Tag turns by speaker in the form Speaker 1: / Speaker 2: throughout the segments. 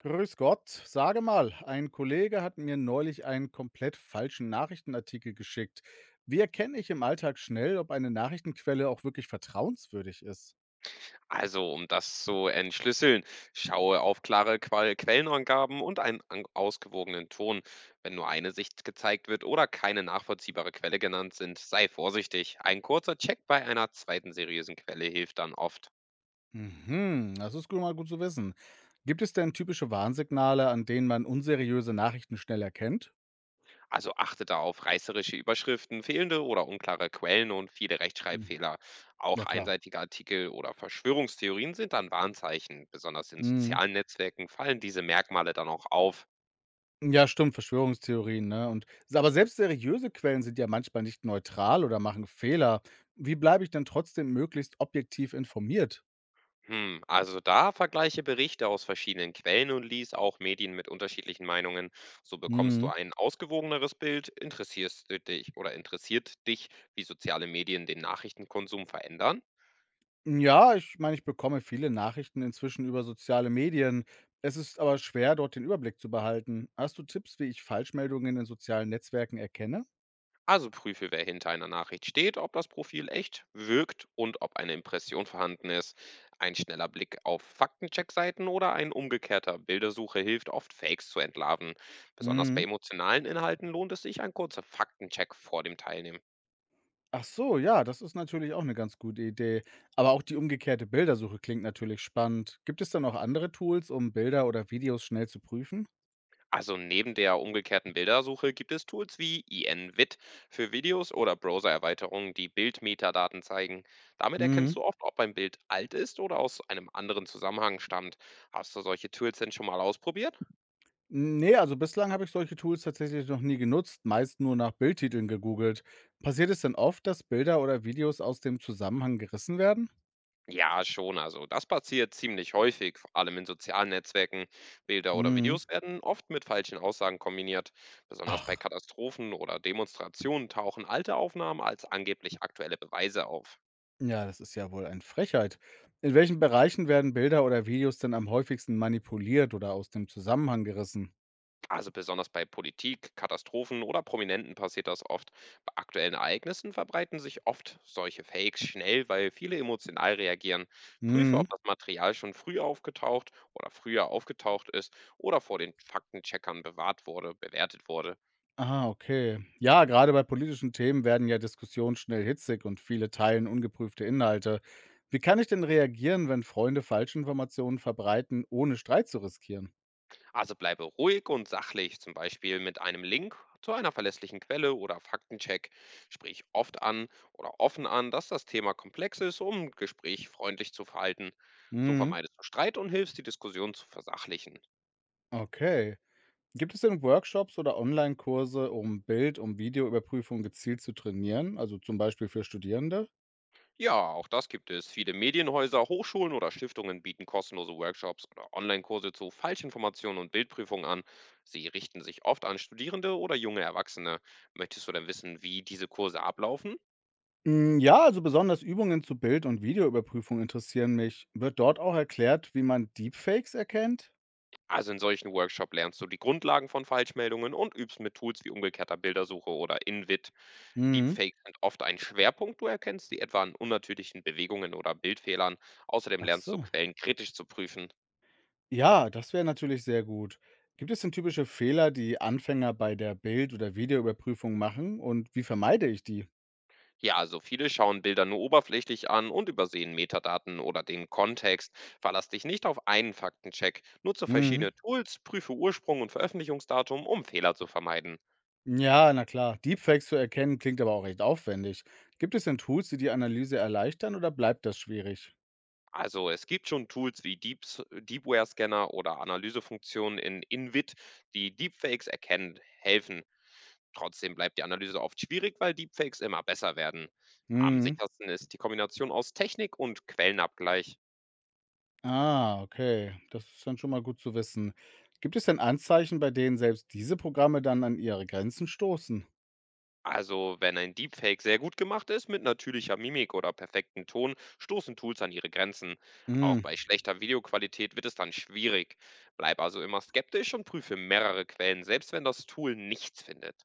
Speaker 1: Grüß Gott, sage mal, ein Kollege hat mir neulich einen komplett falschen Nachrichtenartikel geschickt. Wie erkenne ich im Alltag schnell, ob eine Nachrichtenquelle auch wirklich vertrauenswürdig ist?
Speaker 2: Also, um das zu entschlüsseln, schaue auf klare Qual Quellenangaben und einen ausgewogenen Ton. Wenn nur eine Sicht gezeigt wird oder keine nachvollziehbare Quelle genannt sind, sei vorsichtig. Ein kurzer Check bei einer zweiten seriösen Quelle hilft dann oft.
Speaker 1: Mhm, das ist mal gut zu wissen. Gibt es denn typische Warnsignale, an denen man unseriöse Nachrichten schnell erkennt?
Speaker 2: Also achte da auf reißerische Überschriften, fehlende oder unklare Quellen und viele
Speaker 1: Hm.
Speaker 2: Rechtschreibfehler. Auch
Speaker 1: Ja, klar.
Speaker 2: einseitige Artikel oder Verschwörungstheorien sind dann Warnzeichen. Besonders in
Speaker 1: Mhm.
Speaker 2: sozialen Netzwerken fallen diese Merkmale dann auch auf.
Speaker 1: Ja, stimmt, Verschwörungstheorien, ne? Aber selbst seriöse Quellen sind ja manchmal nicht neutral oder machen Fehler. Wie bleibe ich denn trotzdem möglichst objektiv informiert?
Speaker 2: Hm, also da vergleiche Berichte aus verschiedenen Quellen und lies auch Medien mit unterschiedlichen Meinungen. So bekommst du ein ausgewogeneres Bild, interessierst du dich oder interessiert dich, wie soziale Medien den Nachrichtenkonsum verändern.
Speaker 1: Ja, ich meine, ich bekomme viele Nachrichten inzwischen über soziale Medien. Es ist aber schwer, dort den Überblick zu behalten. Hast du Tipps, wie ich Falschmeldungen in sozialen Netzwerken erkenne?
Speaker 2: Also prüfe, wer hinter einer Nachricht steht, ob das Profil echt wirkt und ob eine Impression vorhanden ist. Ein schneller Blick auf Faktencheckseiten oder ein umgekehrter Bildersuche hilft oft, Fakes zu entlarven. Besonders bei
Speaker 1: Mhm.
Speaker 2: emotionalen Inhalten lohnt es sich ein kurzer Faktencheck vor dem Teilnehmen.
Speaker 1: Ach so, ja, das ist natürlich auch eine ganz gute Idee. Aber auch die umgekehrte Bildersuche klingt natürlich spannend. Gibt es da noch andere Tools, um Bilder oder Videos schnell zu prüfen?
Speaker 2: Also neben der umgekehrten Bildersuche gibt es Tools wie INVID für Videos oder Browser-Erweiterungen, die Bildmetadaten zeigen. Damit
Speaker 1: Mhm.
Speaker 2: erkennst du oft, ob ein Bild alt ist oder aus einem anderen Zusammenhang stammt. Hast du solche Tools denn schon mal ausprobiert?
Speaker 1: Nee, also bislang habe ich solche Tools tatsächlich noch nie genutzt, meist nur nach Bildtiteln gegoogelt. Passiert es denn oft, dass Bilder oder Videos aus dem Zusammenhang gerissen werden?
Speaker 2: Ja, schon. Also das passiert ziemlich häufig, vor allem in sozialen Netzwerken. Bilder oder
Speaker 1: Mhm.
Speaker 2: Videos werden oft mit falschen Aussagen kombiniert. Besonders bei
Speaker 1: Ach,
Speaker 2: Katastrophen oder Demonstrationen tauchen alte Aufnahmen als angeblich aktuelle Beweise auf.
Speaker 1: ja, das ist ja wohl eine Frechheit. In welchen Bereichen werden Bilder oder Videos denn am häufigsten manipuliert oder aus dem Zusammenhang gerissen?
Speaker 2: Also besonders bei Politik, Katastrophen oder Prominenten passiert das oft. Bei aktuellen Ereignissen verbreiten sich oft solche Fakes schnell, weil viele emotional reagieren. Prüfe,
Speaker 1: Mhm.
Speaker 2: ob das Material schon früh aufgetaucht oder früher aufgetaucht ist oder vor den bewertet wurde.
Speaker 1: Ah, okay. Ja, gerade bei politischen Themen werden ja Diskussionen schnell hitzig und viele teilen ungeprüfte Inhalte. Wie kann ich denn reagieren, wenn Freunde Falschinformationen verbreiten, ohne Streit zu riskieren?
Speaker 2: Also bleibe ruhig und sachlich, zum Beispiel mit einem Link zu einer verlässlichen Quelle oder Faktencheck. Sprich oft an oder offen an, dass das Thema komplex ist, um Gespräch freundlich zu verhalten. So
Speaker 1: Mhm.
Speaker 2: vermeidest du Streit und hilfst, die Diskussion zu versachlichen.
Speaker 1: Okay. Gibt es denn Workshops oder Online-Kurse, um Bild und Videoüberprüfung gezielt zu trainieren, also zum Beispiel für Studierende?
Speaker 2: Ja, auch das gibt es. Viele Medienhäuser, Hochschulen oder Stiftungen bieten kostenlose Workshops oder Online-Kurse zu Falschinformationen und Bildprüfungen an. Sie richten sich oft an Studierende oder junge Erwachsene. Möchtest du denn wissen, wie diese Kurse ablaufen?
Speaker 1: Mm, ja, also besonders Übungen zu Bild- und Videoüberprüfung interessieren mich. Wird dort auch erklärt, wie man Deepfakes erkennt?
Speaker 2: Also in solchen Workshop lernst du die Grundlagen von Falschmeldungen und übst mit Tools wie umgekehrter Bildersuche oder Invid.
Speaker 1: Mhm.
Speaker 2: Deepfakes sind oft ein Schwerpunkt, du erkennst sie etwa an unnatürlichen Bewegungen oder Bildfehlern. Außerdem
Speaker 1: Ach
Speaker 2: lernst du
Speaker 1: so.
Speaker 2: Quellen kritisch zu prüfen.
Speaker 1: Ja, das wäre natürlich sehr gut. Gibt es denn typische Fehler, die Anfänger bei der Bild oder Videoüberprüfung machen und wie vermeide ich die?
Speaker 2: Ja, also viele schauen Bilder nur oberflächlich an und übersehen Metadaten oder den Kontext. Verlass dich nicht auf einen Faktencheck. Nutze
Speaker 1: Mhm.
Speaker 2: verschiedene Tools, prüfe Ursprung und Veröffentlichungsdatum, um Fehler zu vermeiden.
Speaker 1: Ja, na klar. Deepfakes zu erkennen klingt aber auch recht aufwendig. Gibt es denn Tools, die die Analyse erleichtern oder bleibt das schwierig?
Speaker 2: Also es gibt schon Tools wie Deepware-Scanner oder Analysefunktionen in Invid, die Deepfakes erkennen, helfen. Trotzdem bleibt die Analyse oft schwierig, weil Deepfakes immer besser werden. Am
Speaker 1: Mhm.
Speaker 2: sichersten ist die Kombination aus Technik und Quellenabgleich.
Speaker 1: Ah, okay. Das ist dann schon mal gut zu wissen. Gibt es denn Anzeichen, bei denen selbst diese Programme dann an ihre Grenzen stoßen?
Speaker 2: Also wenn ein Deepfake sehr gut gemacht ist, mit natürlicher Mimik oder perfektem Ton, stoßen Tools an ihre Grenzen. Auch
Speaker 1: Mhm.
Speaker 2: bei schlechter Videoqualität wird es dann schwierig. Bleib also immer skeptisch und prüfe mehrere Quellen, selbst wenn das Tool nichts findet.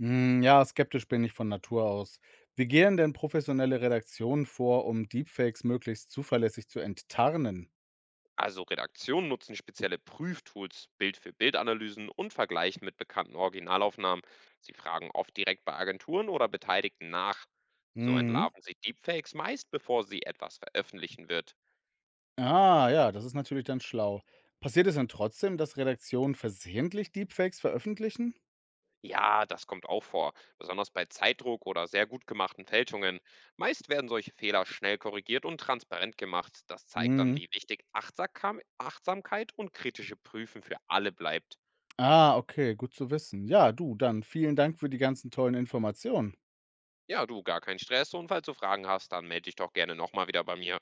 Speaker 1: Hm, ja, skeptisch bin ich von Natur aus. Wie gehen denn professionelle Redaktionen vor, um Deepfakes möglichst zuverlässig zu enttarnen?
Speaker 2: Also Redaktionen nutzen spezielle Prüftools, Bild-für-Bild-Analysen und Vergleichen mit bekannten Originalaufnahmen. Sie fragen oft direkt bei Agenturen oder Beteiligten nach. So
Speaker 1: Mhm.
Speaker 2: entlarven sie Deepfakes meist, bevor sie etwas veröffentlichen wird.
Speaker 1: Ah, ja, das ist natürlich dann schlau. Passiert es denn trotzdem, dass Redaktionen versehentlich Deepfakes veröffentlichen?
Speaker 2: Ja, das kommt auch vor, besonders bei Zeitdruck oder sehr gut gemachten Fälschungen. Meist werden solche Fehler schnell korrigiert und transparent gemacht. Das zeigt dann,
Speaker 1: Mhm.
Speaker 2: wie wichtig Achtsamkeit und kritische Prüfen für alle bleibt.
Speaker 1: Ah, okay, gut zu wissen. Ja, du, dann vielen Dank für die ganzen tollen Informationen.
Speaker 2: Ja, du, gar kein Stress und falls du Fragen hast, dann melde dich doch gerne nochmal wieder bei mir.